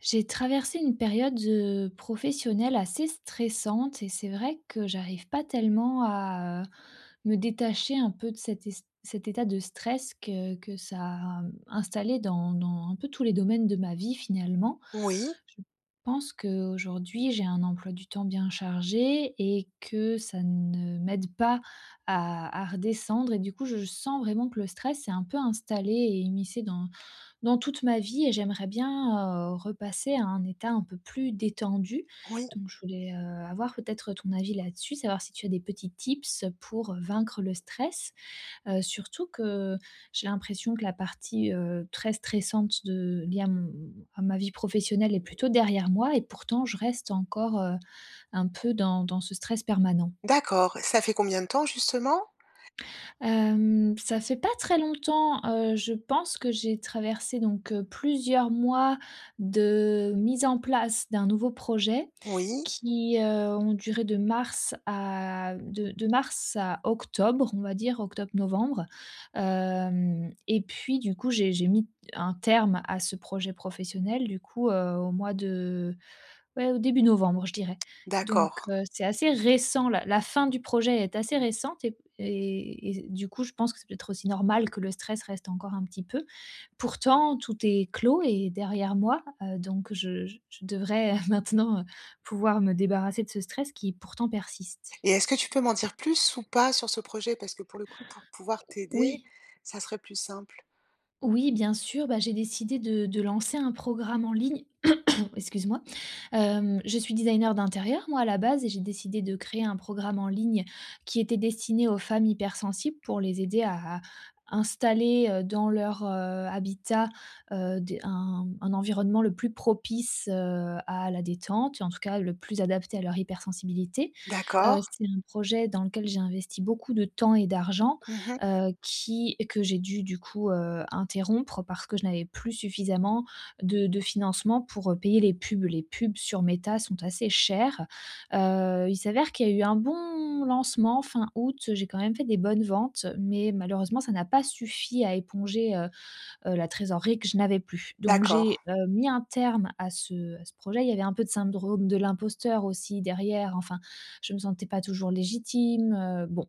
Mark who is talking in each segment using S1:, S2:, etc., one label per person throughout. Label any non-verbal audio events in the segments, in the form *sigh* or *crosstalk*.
S1: J'ai traversé une période, professionnelle assez stressante et c'est vrai que j'arrive pas tellement à, me détacher un peu de cet état de stress que ça a installé dans un peu tous les domaines de ma vie finalement.
S2: Oui,
S1: Je pense qu'aujourd'hui, j'ai un emploi du temps bien chargé et que ça ne m'aide pas à redescendre et du coup, je sens vraiment que le stress s'est un peu installé et immiscé dans toute ma vie et j'aimerais bien, repasser à un état un peu plus détendu.
S2: oui.
S1: Donc je voulais, avoir peut-être ton avis là-dessus, savoir si tu as des petits tips pour vaincre le stress. Surtout que j'ai l'impression que la partie, très stressante de liée à mon à ma vie professionnelle est plutôt derrière moi et pourtant je reste encore, un peu dans ce stress permanent.
S2: D'accord. Ça fait combien de temps justement?
S1: Ça fait pas très longtemps, je pense que j'ai traversé donc, plusieurs mois de mise en place d'un nouveau projet
S2: Oui,
S1: qui, ont duré de mars à octobre, on va dire, octobre-novembre. Hem Et puis du coup, j'ai mis un terme à ce projet professionnel, du coup, au mois de ouais, au début novembre, je dirais. Donc
S2: d'accord.
S1: c'est assez récent, la la fin du projet est assez récente et du coup, je pense que c'est peut-être aussi normal que le stress reste encore un petit peu. Pourtant, tout est clos et derrière moi, donc je devrais *laughs* maintenant, pouvoir me débarrasser de ce stress qui pourtant persiste.
S2: Et est-ce que tu peux m'en dire plus ou pas sur ce projet? Parce que pour le coup, pour pouvoir t'aider,
S1: Oui,
S2: ça serait plus simple.
S1: oui, bien sûr, bah, j'ai décidé de lancer un programme en ligne. Bon, excuse-moi. Je suis designer d'intérieur, moi, à la base et j'ai décidé de créer un programme en ligne qui était destiné aux femmes hypersensibles pour les aider à installer, dans leur, habitat, des un environnement le plus propice, à la détente et en tout cas le plus adapté à leur hypersensibilité.
S2: D'accord.
S1: C'est un projet dans lequel j'ai investi beaucoup de temps et d'argent,
S2: Mmh.
S1: qui que j'ai dû du coup, interrompre parce que je n'avais plus suffisamment de financement pour, payer les pubs. Les pubs sur Meta sont assez chères. Il s'avère qu'il y a eu un bon lancement fin août, j'ai quand même fait des bonnes ventes, mais malheureusement ça n'a pas suffi à éponger, la trésorerie que je n'avais plus. Donc
S2: D'accord.
S1: j'ai, mis un terme à ce projet. Il y avait un peu de syndrome de l'imposteur aussi derrière, enfin, je me sentais pas toujours légitime, bon.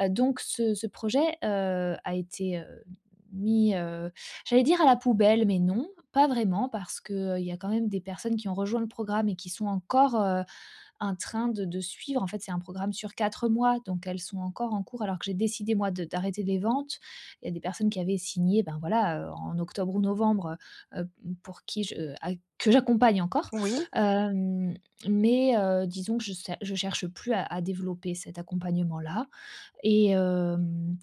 S1: Donc ce projet, a été, mis, j'allais dire à la poubelle, mais non, pas vraiment parce qu'il y a quand même des personnes qui ont rejoint le programme et qui sont encore, en train de suivre. En fait, c'est un programme sur 4 mois, donc elles sont encore en cours alors que j'ai décidé moi de d'arrêter les ventes. Il y a des personnes qui avaient signé, ben, voilà, en octobre ou novembre, heu pour qui je a que j'accompagne encore.
S2: Oui.
S1: Hem, mais disons que je cer cherche plus à développer cet accompagnement-là. Et hem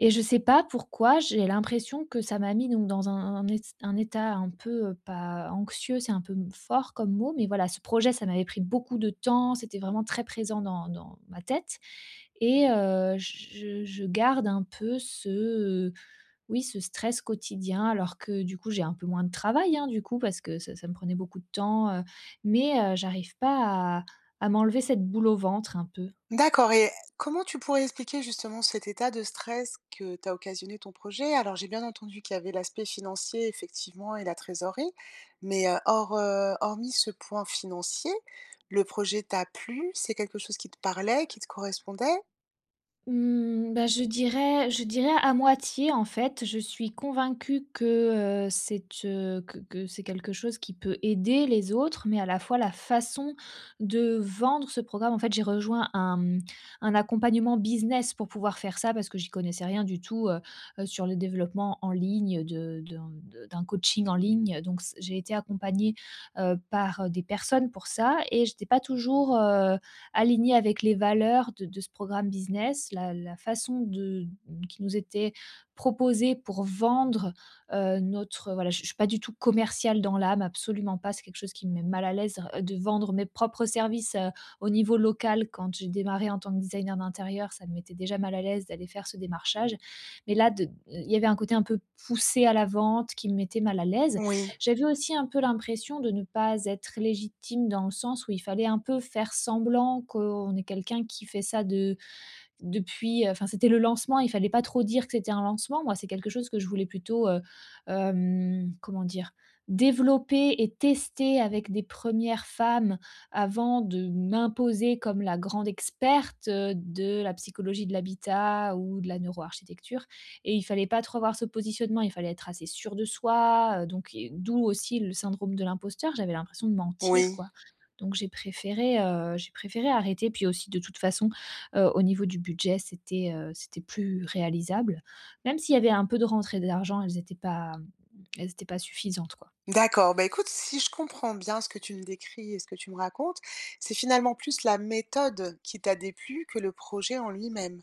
S1: et je sais pas pourquoi, j'ai l'impression que ça m'a mis donc dans un état un peu, pas anxieux, c'est un peu fort comme mot, mais voilà, ce projet, ça m'avait pris beaucoup de temps, c'était vraiment très présent dans ma tête et je garde un peu oui, ce stress quotidien alors que du coup, j'ai un peu moins de travail, hein, du coup, parce que ça me prenait beaucoup de temps, mais j'arrive pas à à m'enlever cette boule au ventre un peu.
S2: D'accord. Et comment tu pourrais expliquer justement cet état de stress que t'a occasionné ton projet? Alors j'ai bien entendu qu'il y avait l'aspect financier effectivement et la trésorerie, mais, hors, hormis ce point financier, le projet t'a plu? C'est quelque chose qui te parlait, qui te correspondait?
S1: Mmh, bah, je dirais à moitié, en fait. Je suis convaincue que, c'est, que c'est quelque chose qui peut aider les autres, mais à la fois la façon de vendre ce programme en fait, j'ai rejoint un, un accompagnement business pour pouvoir faire ça parce que j'y connaissais rien du tout, sur le développement en ligne de d'un coaching en ligne, donc c j'ai été accompagnée, par, des personnes pour ça et j'étais pas toujours, aligné avec les valeurs de ce programme business, la façon de, qui nous était proposée pour vendre notre... Voilà, je ne suis pas du tout commerciale dans l'âme, absolument pas. C'est quelque chose qui me met mal à l'aise de vendre mes propres services au niveau local. Quand j'ai démarré en tant que designer d'intérieur, ça me mettait déjà mal à l'aise d'aller faire ce démarchage. Mais là, il y avait un côté un peu poussé à la vente qui me mettait mal à l'aise.
S2: Oui,
S1: J'avais aussi un peu l'impression de ne pas être légitime dans le sens où il fallait un peu faire semblant qu'on est quelqu'un qui fait ça de depuis, enfin, c'était le lancement, il fallait pas trop dire que c'était un lancement. Moi, c'est quelque chose que je voulais plutôt, comment dire? Développer et tester avec des premières femmes avant de m'imposer comme la grande experte, de la psychologie de l'habitat ou de la neuroarchitecture et il fallait pas trop avoir ce positionnement, il fallait être assez sûr de soi, donc et d'où aussi le syndrome de l'imposteur. J'avais l'impression de mentir,
S2: oui.
S1: quoi, donc j'ai préféré arrêter. Puis aussi, de toute façon au niveau du budget, c'était, c'était plus réalisable. Même s'il y avait un peu de rentrée d'argent, elles étaient pas, elles étaient pas suffisantes, quoi.
S2: D'accord. Bah, écoute, si je comprends bien ce que tu me décris et ce que tu me racontes, c'est finalement plus la méthode qui t'a déplu que le projet en lui-même.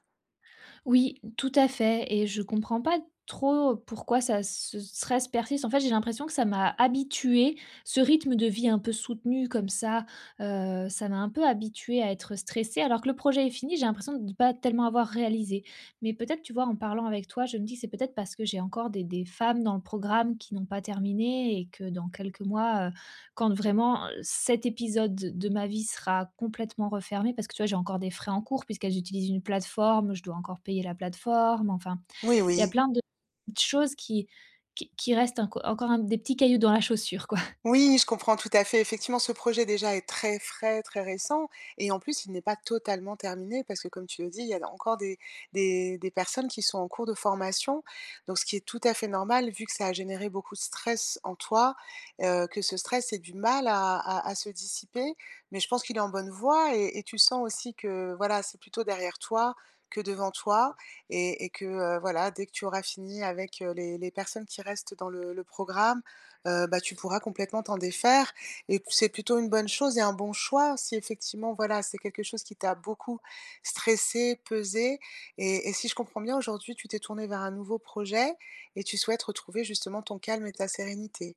S1: Oui, tout à fait et je comprends pas trop pourquoi ça ce stress persiste. En fait, j'ai l'impression que ça m'a habituée, ce rythme de vie un peu soutenu comme ça, ça m'a un peu habituée à être stressée alors que le projet est fini, j'ai l'impression de ne pas tellement avoir réalisé. Mais peut-être, tu vois, en parlant avec toi, je me dis: que «C'est peut-être parce que j'ai encore des femmes dans le programme qui n'ont pas terminé et que dans quelques mois, quand vraiment cet épisode de ma vie sera complètement refermé, parce que tu vois, j'ai encore des frais en cours puisque j'utilise une plateforme, je dois encore payer la plateforme, enfin,
S2: Oui,
S1: il y a
S2: oui.
S1: plein de petites choses qui restent encore un des petits cailloux dans la chaussure, quoi.
S2: Oui, je comprends tout à fait. Effectivement, ce projet déjà est très frais, très récent et en plus, il n'est pas totalement terminé parce que comme tu le dis, il y a encore des personnes qui sont en cours de formation. Donc ce qui est tout à fait normal vu que ça a généré beaucoup de stress en toi, que ce stress ait du mal à se dissiper. Mais je pense qu'il est en bonne voie et tu sens aussi que, voilà, c'est plutôt derrière toi que devant toi et que, voilà, dès que tu auras fini avec, les personnes qui restent dans le programme. Bah, tu pourras complètement t'en défaire et c'est plutôt une bonne chose et un bon choix si effectivement, voilà, c'est quelque chose qui t'a beaucoup stressé, pesé et si je comprends bien aujourd'hui, tu t'es tournée vers un nouveau projet et tu souhaites retrouver justement ton calme et ta sérénité?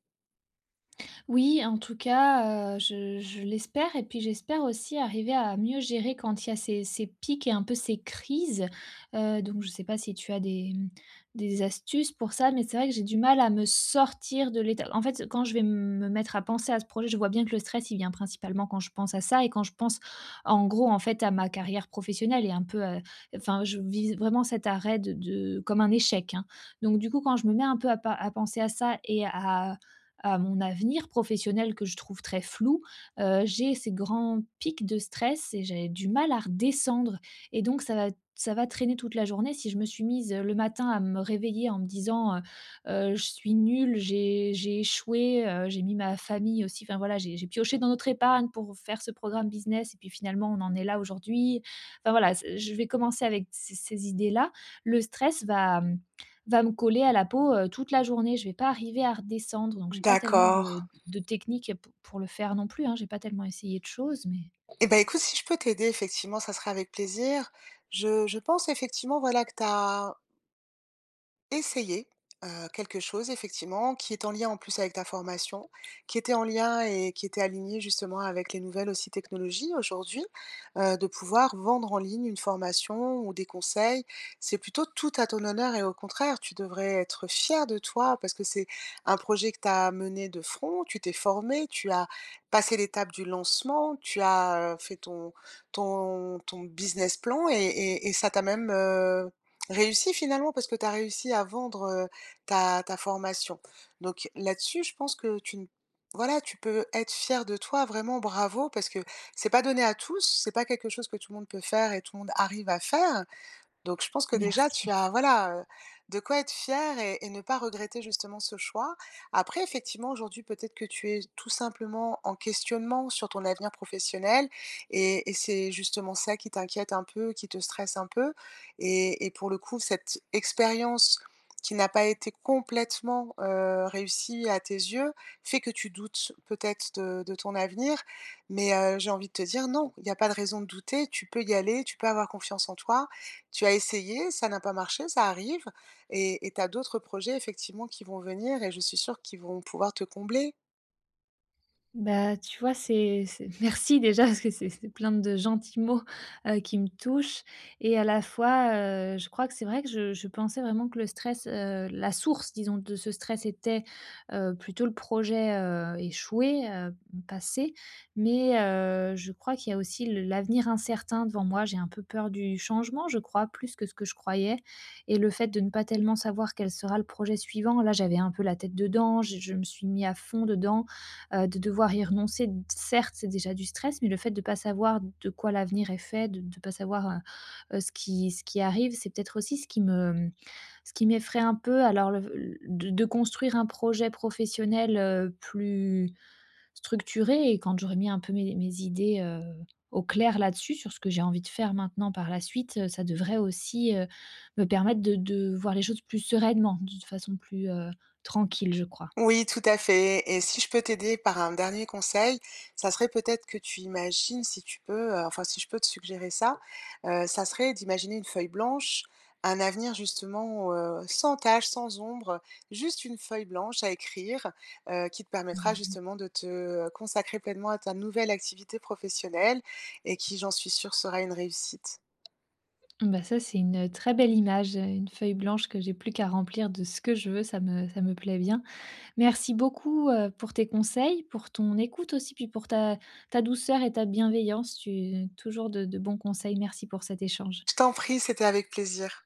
S1: Oui, en tout cas, je l'espère et puis j'espère aussi arriver à mieux gérer quand il y a ces pics et un peu ces crises. Donc je ne sais pas si tu as des, des astuces pour ça, mais c'est vrai que j'ai du mal à me sortir de l'état en fait, quand je vais me mettre à penser à ce projet, je vois bien que le stress, il vient principalement quand je pense à ça et quand je pense, en gros, en fait, à ma carrière professionnelle et un peu, enfin, je vis vraiment cet arrêt de comme un échec, hein. Donc du coup, quand je me mets un peu à pa à penser à ça et à mon avenir professionnel que je trouve très flou, j'ai ces grands pics de stress et j'ai du mal à redescendre et donc ça va traîner toute la journée. Si je me suis mise, le matin à me réveiller en me disant, je suis nulle, j'ai échoué», j'ai mis ma famille aussi, enfin voilà, j'ai pioché dans notre épargne pour faire ce programme business et puis finalement on en est là aujourd'hui. Enfin voilà, c'est je vais commencer avec ces idées-là. Le stress va me coller à la peau, toute la journée. Je vais pas arriver à redescendre, donc j'ai pas tellement
S2: D'accord.
S1: de techniques pour le faire non plus, hein. J'ai pas tellement essayé de choses, mais
S2: Eh ben écoute, si je peux t'aider, effectivement, ça sera avec plaisir. Je pense effectivement, voilà, que tu as essayer, quelque chose effectivement qui est en lien en plus avec ta formation, qui était en lien et qui était aligné justement avec les nouvelles aussi technologies aujourd'hui, de pouvoir vendre en ligne une formation ou des conseils. C'est plutôt tout à ton honneur et au contraire, tu devrais être fier de toi parce que c'est un projet que tu as mené de front, tu t'es formé, tu as passé l'étape du lancement, tu as, fait ton ton business plan et ça t'a même réussi finalement parce que tu as réussi à vendre, ta ta formation. Donc là-dessus, je pense que tu ne voilà, tu peux être fier de toi, vraiment bravo, parce que c'est pas donné à tous, c'est pas quelque chose que tout le monde peut faire et tout le monde arrive à faire. Donc je pense que déjà tu
S1: merci.
S2: as voilà, de quoi être fier et ne pas regretter justement ce choix. Après effectivement aujourd'hui peut-être que tu es tout simplement en questionnement sur ton avenir professionnel et c'est justement ça qui t'inquiète un peu, qui te stresse un peu et pour le coup cette expérience qui n'a pas été complètement, réussie à tes yeux, fait que tu doutes peut-être de ton avenir. Mais, j'ai envie de te dire non, il y a pas de raison de douter, tu peux y aller, tu peux avoir confiance en toi, tu as essayé, ça n'a pas marché, ça arrive et tu as d'autres projets effectivement qui vont venir et je suis sûre qu'ils vont pouvoir te combler.
S1: Bah, tu vois, c'est *laughs* merci déjà parce que c'est plein de gentils mots, qui me touchent et à la fois, je crois que c'est vrai que je pensais vraiment que le stress, la source disons de ce stress était, plutôt le projet, échoué, passé. Mais, je crois qu'il y a aussi le l'avenir incertain devant moi. J'ai un peu peur du changement, je crois, plus que ce que je croyais et le fait de ne pas tellement savoir quel sera le projet suivant. Là, j'avais un peu la tête dedans, je me suis mis à fond dedans. De devoir y renoncer, certes, c'est déjà du stress, mais le fait de ne pas savoir de quoi l'avenir est fait, de pas savoir, ce qui arrive, c'est peut-être aussi ce qui me, ce qui m'effraie un peu. Alors le l de construire un projet professionnel, plus structuré et quand j'aurai mis un peu mes idées, au clair là-dessus, sur ce que j'ai envie de faire maintenant par la suite, ça devrait aussi, me permettre de voir les choses plus sereinement, de façon plus, tranquille, je crois.
S2: Oui, tout à fait. Et si je peux t'aider par un dernier conseil, ça serait peut-être que tu imagines, si tu peux, enfin si je peux te suggérer ça, ça serait d'imaginer une feuille blanche, un avenir justement, sans tache, sans ombre, juste une feuille blanche à écrire, qui te permettra
S1: Mm.
S2: justement de te consacrer pleinement à ta nouvelle activité professionnelle et qui, j'en suis sûre, sera une réussite.
S1: Bah, ça, c'est très belle image, une feuille blanche que j'ai plus qu'à remplir de ce que je veux, ça me plaît bien. Merci beaucoup, pour tes conseils, pour ton écoute aussi, puis pour ta douceur et ta bienveillance. Tu toujours de bons conseils. Merci pour cet échange.
S2: Je t'en prie, c'était avec plaisir.